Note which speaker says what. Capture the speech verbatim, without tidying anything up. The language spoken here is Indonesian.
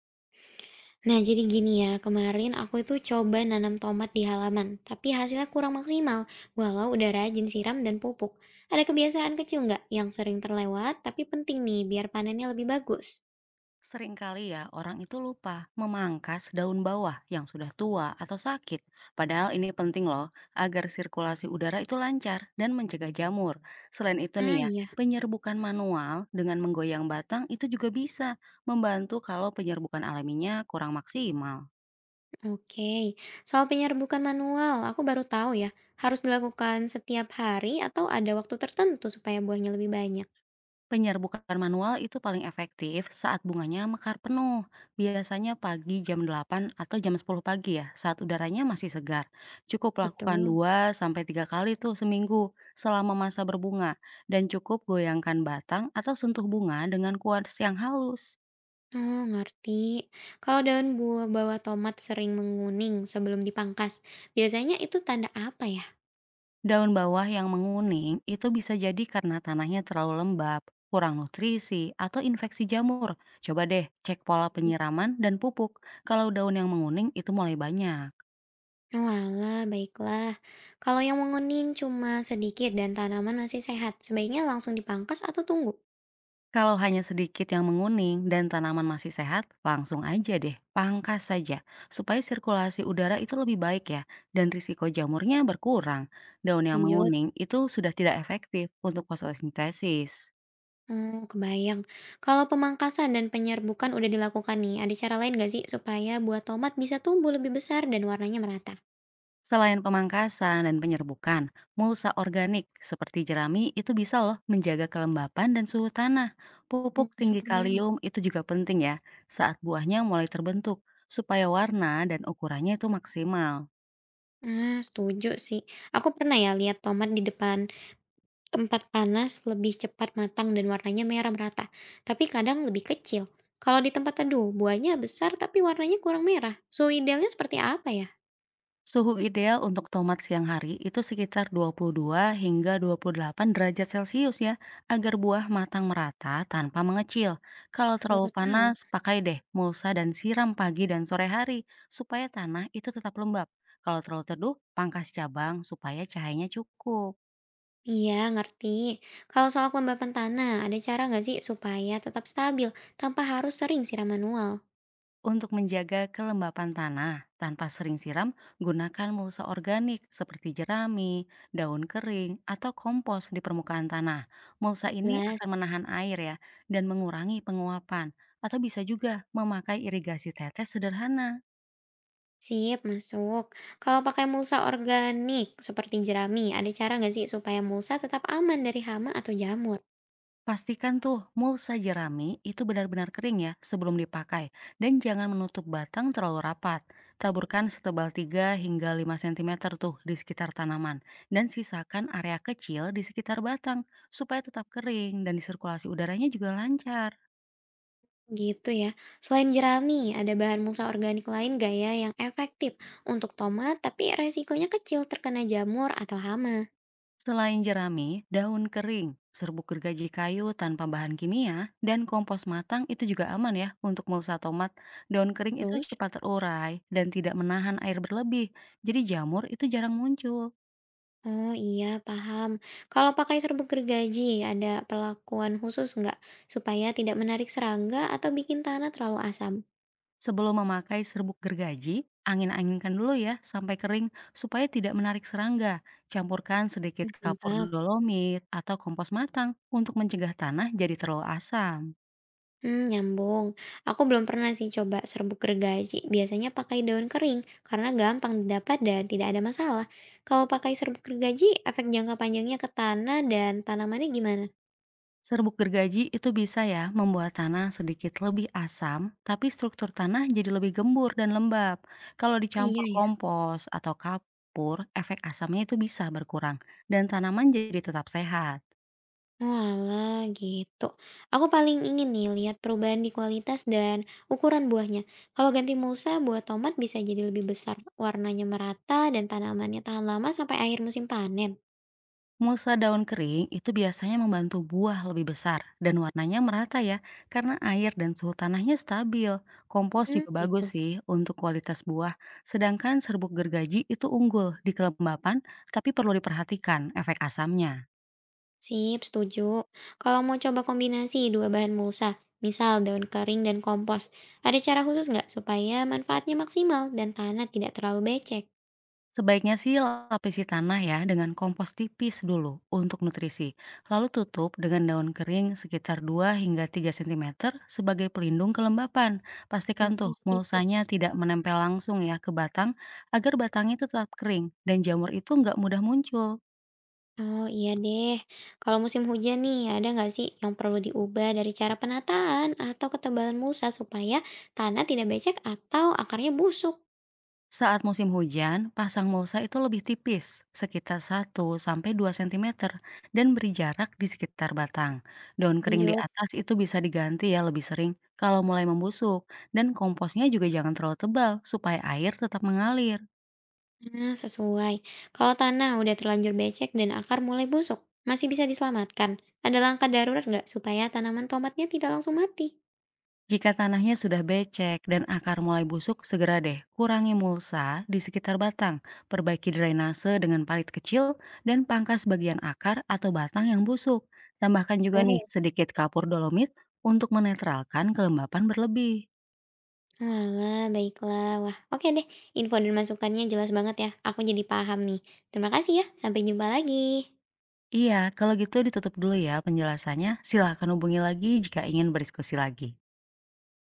Speaker 1: Nah, jadi gini ya, kemarin aku itu coba nanam tomat di halaman, tapi hasilnya kurang maksimal, walau udah rajin siram dan pupuk. Ada kebiasaan kecil nggak yang sering terlewat, tapi penting nih biar panennya lebih bagus?
Speaker 2: Seringkali ya, orang itu lupa memangkas daun bawah yang sudah tua atau sakit. Padahal ini penting loh, agar sirkulasi udara itu lancar dan mencegah jamur. Selain itu
Speaker 1: Ah
Speaker 2: nih ya,
Speaker 1: iya,
Speaker 2: penyerbukan manual dengan menggoyang batang itu juga bisa membantu kalau penyerbukan alaminya kurang maksimal.
Speaker 1: oke. Soal penyerbukan manual, aku baru tahu ya, harus dilakukan setiap hari atau ada waktu tertentu supaya buahnya lebih banyak.
Speaker 2: Penyerbukan manual itu paling efektif saat bunganya mekar penuh, biasanya pagi jam delapan atau jam sepuluh pagi ya, saat udaranya masih segar. Cukup lakukan
Speaker 1: Betul.
Speaker 2: dua sampai tiga kali tuh seminggu selama masa berbunga dan cukup goyangkan batang atau sentuh bunga dengan kuas yang halus.
Speaker 1: Oh, ngerti. Kalau daun buah bawah tomat sering menguning sebelum dipangkas, biasanya itu tanda apa ya?
Speaker 2: Daun bawah yang menguning itu bisa jadi karena tanahnya terlalu lembab, kurang nutrisi, atau infeksi jamur. Coba deh cek pola penyiraman dan pupuk kalau daun yang menguning itu mulai banyak.
Speaker 1: Walah, baiklah. Kalau yang menguning cuma sedikit dan tanaman masih sehat, sebaiknya langsung dipangkas atau tunggu?
Speaker 2: Kalau hanya sedikit yang menguning dan tanaman masih sehat, langsung aja deh, pangkas saja, supaya sirkulasi udara itu lebih baik ya, dan risiko jamurnya berkurang. Daun yang
Speaker 1: Lanjut.
Speaker 2: menguning itu sudah tidak efektif untuk fotosintesis.
Speaker 1: Hmm, kebayang. Kalau pemangkasan dan penyerbukan udah dilakukan nih, ada cara lain nggak sih supaya buah tomat bisa tumbuh lebih besar dan warnanya merata?
Speaker 2: Selain pemangkasan dan penyerbukan, mulsa organik seperti jerami itu bisa loh menjaga kelembapan dan suhu tanah.
Speaker 1: Hmm,
Speaker 2: Pupuk tinggi
Speaker 1: Organik.
Speaker 2: kalium itu juga penting ya, saat buahnya mulai terbentuk, supaya warna dan ukurannya itu maksimal.
Speaker 1: Ah, setuju sih. Aku pernah ya lihat tomat di depan tempat panas lebih cepat matang dan warnanya merah merata, tapi kadang lebih kecil. Kalau di tempat teduh, buahnya besar tapi warnanya kurang merah. Suhu idealnya seperti apa ya?
Speaker 2: Suhu ideal untuk tomat siang hari itu sekitar dua puluh dua hingga dua puluh delapan derajat Celcius ya, agar buah matang merata tanpa mengecil. Kalau
Speaker 1: Baru
Speaker 2: terlalu
Speaker 1: tahu.
Speaker 2: panas, pakai deh mulsa dan siram pagi dan sore hari supaya tanah itu tetap lembab. Kalau terlalu teduh, pangkas cabang supaya cahayanya cukup.
Speaker 1: Iya, ngerti. Kalau soal kelembapan tanah, ada cara nggak sih supaya tetap stabil tanpa harus sering siram manual?
Speaker 2: Untuk menjaga kelembapan tanah tanpa sering siram, gunakan mulsa organik seperti jerami, daun kering, atau kompos di permukaan tanah. Mulsa ini
Speaker 1: Jelas.
Speaker 2: akan menahan air ya dan mengurangi penguapan. Atau bisa juga memakai irigasi tetes sederhana.
Speaker 1: Sip, masuk. Kalau pakai mulsa organik seperti jerami, ada cara nggak sih supaya mulsa tetap aman dari hama atau jamur?
Speaker 2: Pastikan tuh mulsa jerami itu benar-benar kering ya sebelum dipakai dan jangan menutup batang terlalu rapat. Taburkan setebal tiga hingga lima sentimeter tuh di sekitar tanaman dan sisakan area kecil di sekitar batang supaya tetap kering dan sirkulasi udaranya juga lancar.
Speaker 1: Gitu ya. Selain jerami, ada bahan mulsa organik lain gak ya yang efektif untuk tomat tapi resikonya kecil terkena jamur atau hama?
Speaker 2: Selain jerami, daun kering, serbuk gergaji kayu tanpa bahan kimia, dan kompos matang itu juga aman ya untuk mulsa tomat. Daun kering itu
Speaker 1: Terus?
Speaker 2: cepat terurai dan tidak menahan air berlebih, jadi jamur itu jarang muncul.
Speaker 1: Oh iya, paham. Kalau pakai serbuk gergaji, ada perlakuan khusus nggak supaya tidak menarik serangga atau bikin tanah terlalu asam?
Speaker 2: Sebelum memakai serbuk gergaji, angin-anginkan dulu ya sampai kering supaya tidak menarik serangga. Campurkan
Speaker 1: Hmm,
Speaker 2: sedikit kapur
Speaker 1: Nangkap.
Speaker 2: dolomit atau kompos matang untuk mencegah tanah jadi terlalu asam.
Speaker 1: Mmm, nyambung. Aku belum pernah sih coba serbuk gergaji, biasanya pakai daun kering karena gampang didapat dan tidak ada masalah. Kalau pakai serbuk gergaji, efek jangka panjangnya ke tanah dan tanamannya gimana?
Speaker 2: Serbuk gergaji itu bisa ya membuat tanah sedikit lebih asam, tapi struktur tanah jadi lebih gembur dan lembab. Kalau
Speaker 1: Oh, iya
Speaker 2: dicampur
Speaker 1: ya?
Speaker 2: kompos atau kapur, efek asamnya itu bisa berkurang dan tanaman jadi tetap sehat.
Speaker 1: Oalah, gitu. Aku paling ingin nih lihat perubahan di kualitas dan ukuran buahnya. Kalau ganti mulsa, buah tomat bisa jadi lebih besar, warnanya merata, dan tanamannya tahan lama sampai akhir musim panen.
Speaker 2: Mulsa daun kering itu biasanya membantu buah lebih besar dan warnanya merata ya, karena air dan suhu tanahnya stabil. Kompos
Speaker 1: Mmm,
Speaker 2: juga
Speaker 1: gitu.
Speaker 2: bagus sih untuk kualitas buah, sedangkan serbuk gergaji itu unggul di kelembapan, tapi perlu diperhatikan efek asamnya.
Speaker 1: Sip, setuju. Kalau mau coba kombinasi dua bahan mulsa, misal daun kering dan kompos, ada cara khusus nggak supaya manfaatnya maksimal dan tanah tidak terlalu becek?
Speaker 2: Sebaiknya sih lapisi tanah ya dengan kompos tipis dulu untuk nutrisi, lalu tutup dengan daun kering sekitar dua hingga tiga sentimeter sebagai pelindung kelembapan. Pastikan tuh
Speaker 1: Kompos tipis.
Speaker 2: mulsanya tidak menempel langsung ya ke batang agar batangnya itu tetap kering dan jamur itu nggak mudah muncul.
Speaker 1: Oh iya deh, kalau musim hujan nih, ada nggak sih yang perlu diubah dari cara penataan atau ketebalan mulsa supaya tanah tidak becek atau akarnya busuk?
Speaker 2: Saat musim hujan, pasang mulsa itu lebih tipis, sekitar satu sampai dua sentimeter dan beri jarak di sekitar batang. Daun kering di
Speaker 1: Lanjut.
Speaker 2: atas itu bisa diganti ya lebih sering kalau mulai membusuk, dan komposnya juga jangan terlalu tebal supaya air tetap mengalir.
Speaker 1: Nah, sesuai. Kalau tanah udah terlanjur becek dan akar mulai busuk, masih bisa diselamatkan. Ada langkah darurat nggak supaya tanaman tomatnya tidak langsung mati?
Speaker 2: Jika tanahnya sudah becek dan akar mulai busuk, segera deh kurangi mulsa di sekitar batang, perbaiki drainase dengan parit kecil, dan pangkas bagian akar atau batang yang busuk. Tambahkan juga nih
Speaker 1: Oh,
Speaker 2: sedikit kapur dolomit untuk menetralkan kelembapan berlebih.
Speaker 1: walah, baiklah. Wah, oke deh. Info dan masukannya jelas banget ya. Aku jadi paham nih. Terima kasih ya. Sampai jumpa lagi.
Speaker 2: Iya, kalau gitu ditutup dulu ya penjelasannya. Silahkan hubungi lagi jika ingin berdiskusi lagi.